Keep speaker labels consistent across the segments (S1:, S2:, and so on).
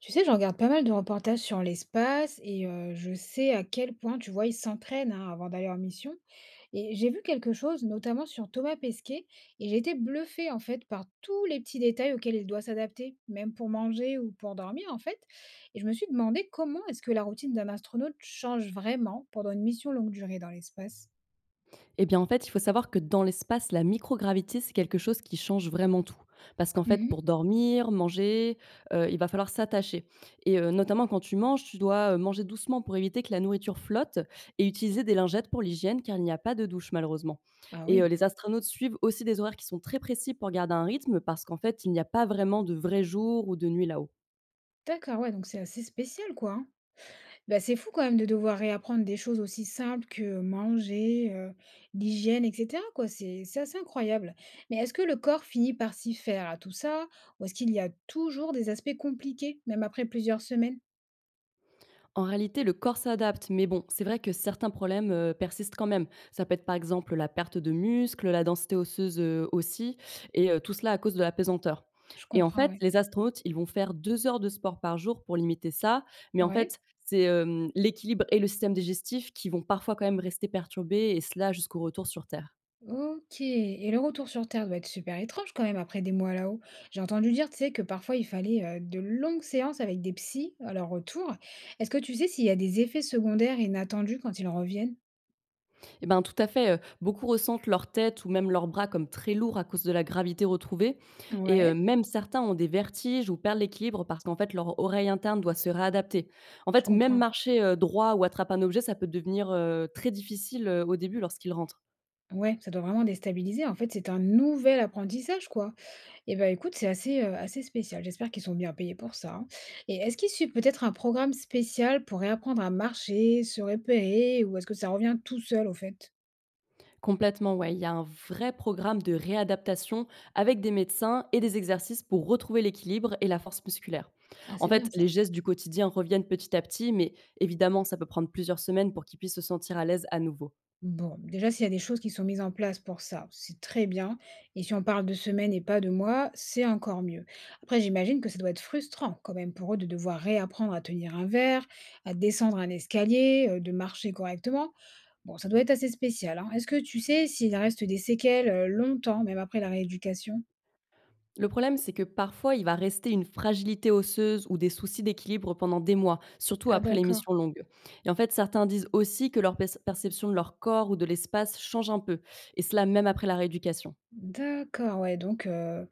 S1: Tu sais, je regarde pas mal de reportages sur l'espace et je sais à quel point, tu vois, ils s'entraînent, hein, avant d'aller en mission. Et j'ai vu quelque chose, notamment sur Thomas Pesquet, et j'ai été bluffée en fait par tous les petits détails auxquels il doit s'adapter, même pour manger ou pour dormir en fait. Et je me suis demandé comment est-ce que la routine d'un astronaute change vraiment pendant une mission longue durée dans l'espace.
S2: Eh bien, en fait, il faut savoir que dans l'espace, la microgravité, c'est quelque chose qui change vraiment tout. Parce qu'en fait,
S1: Mhm.
S2: pour dormir, manger, il va falloir s'attacher et notamment quand tu manges, tu dois, manger doucement pour éviter que la nourriture flotte et utiliser des lingettes pour l'hygiène car il n'y a pas de douche malheureusement
S1: Ah
S2: et
S1: oui,
S2: les astronautes suivent aussi des horaires qui sont très précis pour garder un rythme parce qu'en fait, il n'y a pas vraiment de vrais jours ou de nuits là-haut.
S1: d'accord, ouais, donc c'est assez spécial quoi. Hein. Bah, c'est fou quand même de devoir réapprendre des choses aussi simples que manger, l'hygiène et cetera quoi, c'est assez incroyable. Mais est-ce que le corps finit par s'y faire à tout ça? Ou est-ce qu'il y a toujours des aspects compliqués, même après plusieurs semaines?
S2: En réalité, le corps s'adapte, mais bon, c'est vrai que certains problèmes persistent quand même. Ça peut être par exemple la perte de muscles, la densité osseuse aussi, et tout cela à cause de la pesanteur.
S1: Je
S2: Et en
S1: comprends,
S2: fait,
S1: ouais.
S2: les astronautes, ils vont faire 2 heures de sport par jour pour limiter ça, mais en
S1: Ouais,
S2: fait, c'est l'équilibre et le système digestif qui vont parfois quand même rester perturbés, et cela jusqu'au retour sur Terre.
S1: OK, et le retour sur terre doit être super étrange quand même après des mois là-haut. J'ai entendu dire, tu sais, que parfois il fallait, de longues séances avec des psys à leur retour. Est-ce que tu sais s'il y a des effets secondaires inattendus quand ils reviennent?
S2: Eh ben, tout à fait, beaucoup ressentent leur tête ou même leurs bras comme très lourds à cause de la gravité retrouvée et
S1: Ouais,
S2: même certains ont des vertiges ou perdent l'équilibre parce qu'en fait leur oreille interne doit se réadapter. En
S1: je
S2: fait, même
S1: comprends.
S2: marcher, droit ou attraper un objet, ça peut devenir, très difficile, au début lorsqu'ils rentrent.
S1: Ouais, ça doit vraiment déstabiliser. En fait, c'est un nouvel apprentissage, quoi. Et ben, écoute, c'est assez, assez spécial. J'espère qu'ils sont bien payés pour ça, hein. Et est-ce qu'ils suivent peut-être un programme spécial pour réapprendre à marcher, se repérer, ou est-ce que ça revient tout seul, au fait?
S2: Complètement, ouais, il y a un vrai programme de réadaptation avec des médecins et des exercices pour retrouver l'équilibre et la force musculaire.
S1: Ah,
S2: En
S1: c'est
S2: fait,
S1: bien ça.
S2: les gestes du quotidien reviennent petit à petit, mais évidemment, ça peut prendre plusieurs semaines pour qu'ils puissent se sentir à l'aise à nouveau.
S1: Bon, déjà, s'il y a des choses qui sont mises en place pour ça, c'est très bien, et si on parle de semaines et pas de mois, c'est encore mieux. Après, j'imagine que ça doit être frustrant quand même pour eux de devoir réapprendre à tenir un verre, à descendre un escalier, de marcher correctement. Bon, ça doit être assez spécial, hein. Est-ce que tu sais s'il reste des séquelles, longtemps, même après la rééducation?
S2: Le problème, c'est que parfois, il va rester une fragilité osseuse ou des soucis d'équilibre pendant des mois, surtout
S1: Ah
S2: après les
S1: d'accord.
S2: missions longues. Et en fait, certains disent aussi que leur perception de leur corps ou de l'espace change un peu, et cela même après la rééducation.
S1: D'accord, ouais, donc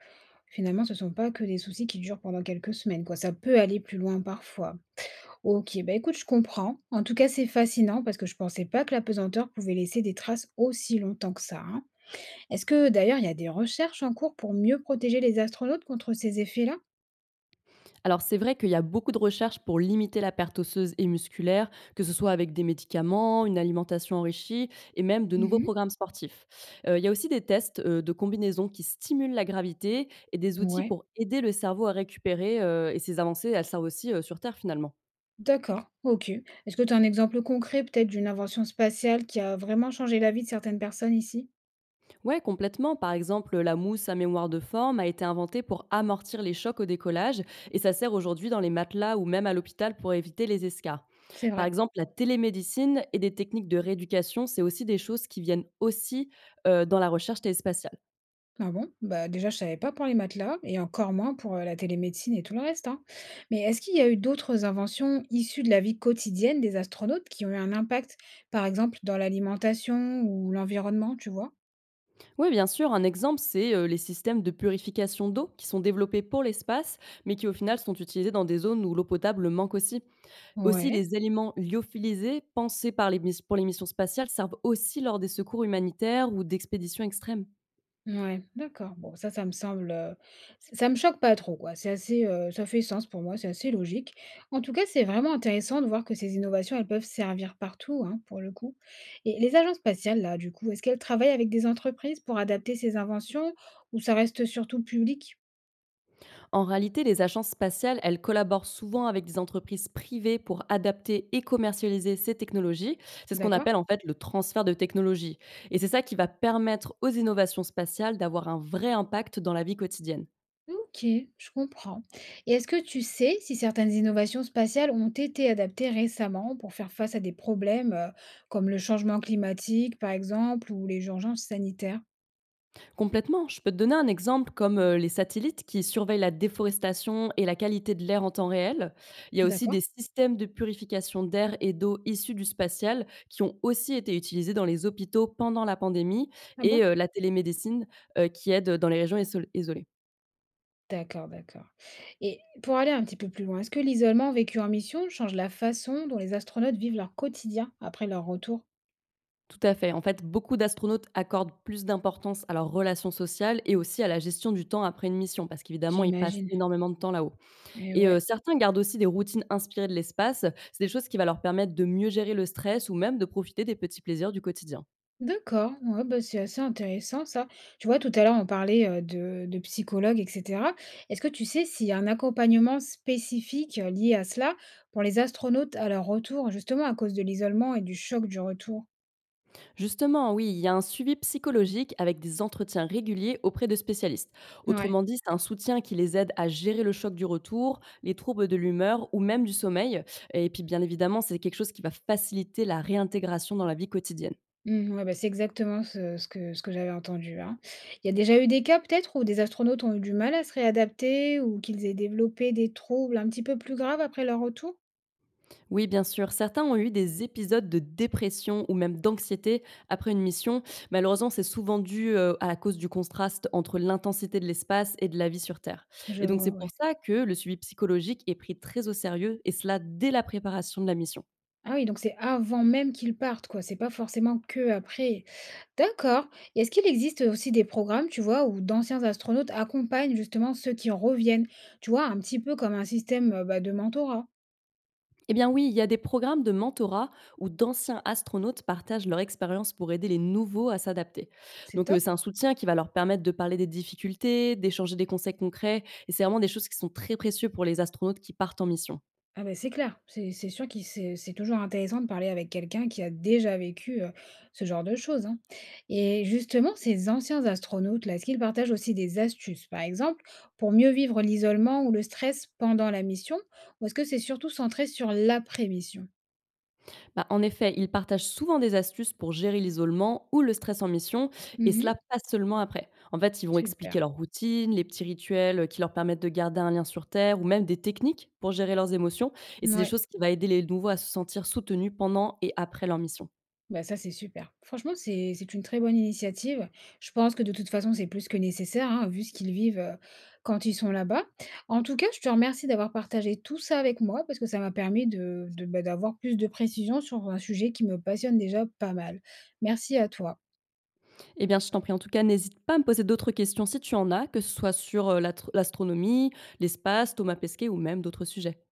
S1: finalement, ce ne sont pas que des soucis qui durent pendant quelques semaines, quoi. Ça peut aller plus loin parfois. OK, bah, écoute, je comprends. En tout cas, c'est fascinant parce que je pensais pas que la pesanteur pouvait laisser des traces aussi longtemps que ça, hein. Est-ce que d'ailleurs, il y a des recherches en cours pour mieux protéger les astronautes contre ces effets-là?
S2: Alors c'est vrai qu'il y a beaucoup de recherches pour limiter la perte osseuse et musculaire, que ce soit avec des médicaments, une alimentation enrichie et même de nouveaux
S1: Mmh.
S2: programmes sportifs. Il y a aussi des tests de combinaisons qui stimulent la gravité et des outils
S1: Ouais.
S2: pour aider le cerveau à récupérer, et ces avancées, elles servent aussi sur Terre finalement.
S1: D'accord, OK. Est-ce que tu as un exemple concret peut-être d'une invention spatiale qui a vraiment changé la vie de certaines personnes ici?
S2: Ouais, complètement. Par exemple, la mousse à mémoire de forme a été inventée pour amortir les chocs au décollage et ça sert aujourd'hui dans les matelas ou même à l'hôpital pour éviter les escars.
S1: C'est
S2: Par
S1: vrai.
S2: exemple, la télémédecine et des techniques de rééducation, c'est aussi des choses qui viennent aussi dans la recherche téléspatiale.
S1: Ah bon? Bah déjà, je savais pas pour les matelas et encore moins pour la télémédecine et tout le reste, hein. Mais est-ce qu'il y a eu d'autres inventions issues de la vie quotidienne des astronautes qui ont eu un impact, par exemple, dans l'alimentation ou l'environnement, tu vois?
S2: Oui, bien sûr. Un exemple, c'est les systèmes de purification d'eau qui sont développés pour l'espace, mais qui au final sont utilisés dans des zones où l'eau potable manque aussi. Aussi,
S1: Ouais.
S2: les aliments lyophilisés pensés par les pour les missions spatiales servent aussi lors des secours humanitaires ou d'expéditions extrêmes.
S1: Ouais, d'accord. Bon, ça me semble, ç ça me choque pas trop, quoi. C'est assez, ça fait sens pour moi, c'est assez logique. En tout cas, c'est vraiment intéressant de voir que ces innovations, elles peuvent servir partout, hein, pour le coup. Et les agences spatiales, là, du coup, est-ce qu'elles travaillent avec des entreprises pour adapter ces inventions ou ça reste surtout public?
S2: En réalité, les agences spatiales, elles collaborent souvent avec des entreprises privées pour adapter et commercialiser ces technologies. C'est ce qu'on
S1: D'accord.
S2: appelle en fait le transfert de technologie. Et c'est ça qui va permettre aux innovations spatiales d'avoir un vrai impact dans la vie quotidienne.
S1: OK, je comprends. Et est-ce que tu sais si certaines innovations spatiales ont été adaptées récemment pour faire face à des problèmes, comme le changement climatique, par exemple, ou les urgences sanitaires?
S2: Complètement. Je peux te donner un exemple comme les satellites qui surveillent la déforestation et la qualité de l'air en temps réel. Il y a aussi
S1: D'accord.
S2: des systèmes de purification d'air et d'eau issus du spatial qui ont aussi été utilisés dans les hôpitaux pendant la pandémie
S1: Ah
S2: et
S1: bon?
S2: la télémédecine qui aide dans les régions isolées.
S1: D'accord, d'accord. Et pour aller un petit peu plus loin, est-ce que l'isolement vécu en mission change la façon dont les astronautes vivent leur quotidien après leur retour?
S2: Tout à fait. En fait, beaucoup d'astronautes accordent plus d'importance à leurs relations sociales et aussi à la gestion du temps après une mission parce qu'évidemment, ils passent
S1: J'imagine.
S2: énormément de temps là-haut.
S1: Et
S2: Et
S1: ouais.
S2: certains gardent aussi des routines inspirées de l'espace. C'est des choses qui va leur permettre de mieux gérer le stress ou même de profiter des petits plaisirs du quotidien.
S1: D'accord, ouais, bah, c'est assez intéressant ça. Tu vois, tout à l'heure, on parlait de psychologues, etc. Est-ce que tu sais s'il y a un accompagnement spécifique lié à cela pour les astronautes à leur retour, justement à cause de l'isolement et du choc du retour?
S2: Justement, oui, il y a un suivi psychologique avec des entretiens réguliers auprès de spécialistes.
S1: Ouais.
S2: Autrement dit, c'est un soutien qui les aide à gérer le choc du retour, les troubles de l'humeur ou même du sommeil et puis, bien évidemment, c'est quelque chose qui va faciliter la réintégration dans la vie quotidienne.
S1: Mmh, ouais, bah, c'est exactement ce que j'avais entendu, hein. Il y a déjà eu des cas peut-être où des astronautes ont eu du mal à se réadapter ou qu'ils aient développé des troubles un petit peu plus graves après leur retour?
S2: Oui, bien sûr. Certains ont eu des épisodes de dépression ou même d'anxiété après une mission. Malheureusement, c'est souvent dû à la cause du contraste entre l'intensité de l'espace et de la vie sur Terre.
S1: Je
S2: Et donc,
S1: vois,
S2: c'est pour
S1: ouais.
S2: ça que le suivi psychologique est pris très au sérieux, et cela dès la préparation de la mission.
S1: Ah oui, donc c'est avant même qu'ils partent, quoi, c'est pas forcément que après. D'accord, et est-ce qu'il existe aussi des programmes, tu vois, où d'anciens astronautes accompagnent justement ceux qui reviennent? Tu vois, un petit peu comme un système, bah, de mentorat?
S2: Eh bien oui, il y a des programmes de mentorat où d'anciens astronautes partagent leur expérience pour aider les nouveaux à s'adapter.
S1: C'est
S2: Donc
S1: top.
S2: c'est un soutien qui va leur permettre de parler des difficultés, d'échanger des conseils concrets, et c'est vraiment des choses qui sont très précieuses pour les astronautes qui partent en mission.
S1: Ah ben c'est clair, c'est sûr qu'il c'est toujours intéressant de parler avec quelqu'un qui a déjà vécu, ce genre de choses, hein, et justement, ces anciens astronautes là, est-ce qu'ils partagent aussi des astuces, par exemple, pour mieux vivre l'isolement ou le stress pendant la mission? Ou est-ce que c'est surtout centré sur l'après-mission?
S2: Bah, en effet, ils partagent souvent des astuces pour gérer l'isolement ou le stress en mission, et cela
S1: Mmh.
S2: pas seulement après. En fait, ils vont expliquer
S1: Super.
S2: leur routine, les petits rituels qui leur permettent de garder un lien sur Terre, ou même des techniques pour gérer leurs émotions. Et c'est des
S1: Ouais.
S2: choses qui vont aider les nouveaux à se sentir soutenus pendant et après leur mission.
S1: Bah, ça, c'est super. Franchement, c'est une très bonne initiative. Je pense que de toute façon, c'est plus que nécessaire, hein, vu ce qu'ils vivent, quand ils sont là-bas. En tout cas, je te remercie d'avoir partagé tout ça avec moi parce que ça m'a permis de bah, d'avoir plus de précisions sur un sujet qui me passionne déjà pas mal. Merci à toi.
S2: Eh bien, je t'en prie, en tout cas, n'hésite pas à me poser d'autres questions si tu en as, que ce soit sur l'astronomie, l'espace, Thomas Pesquet ou même d'autres sujets.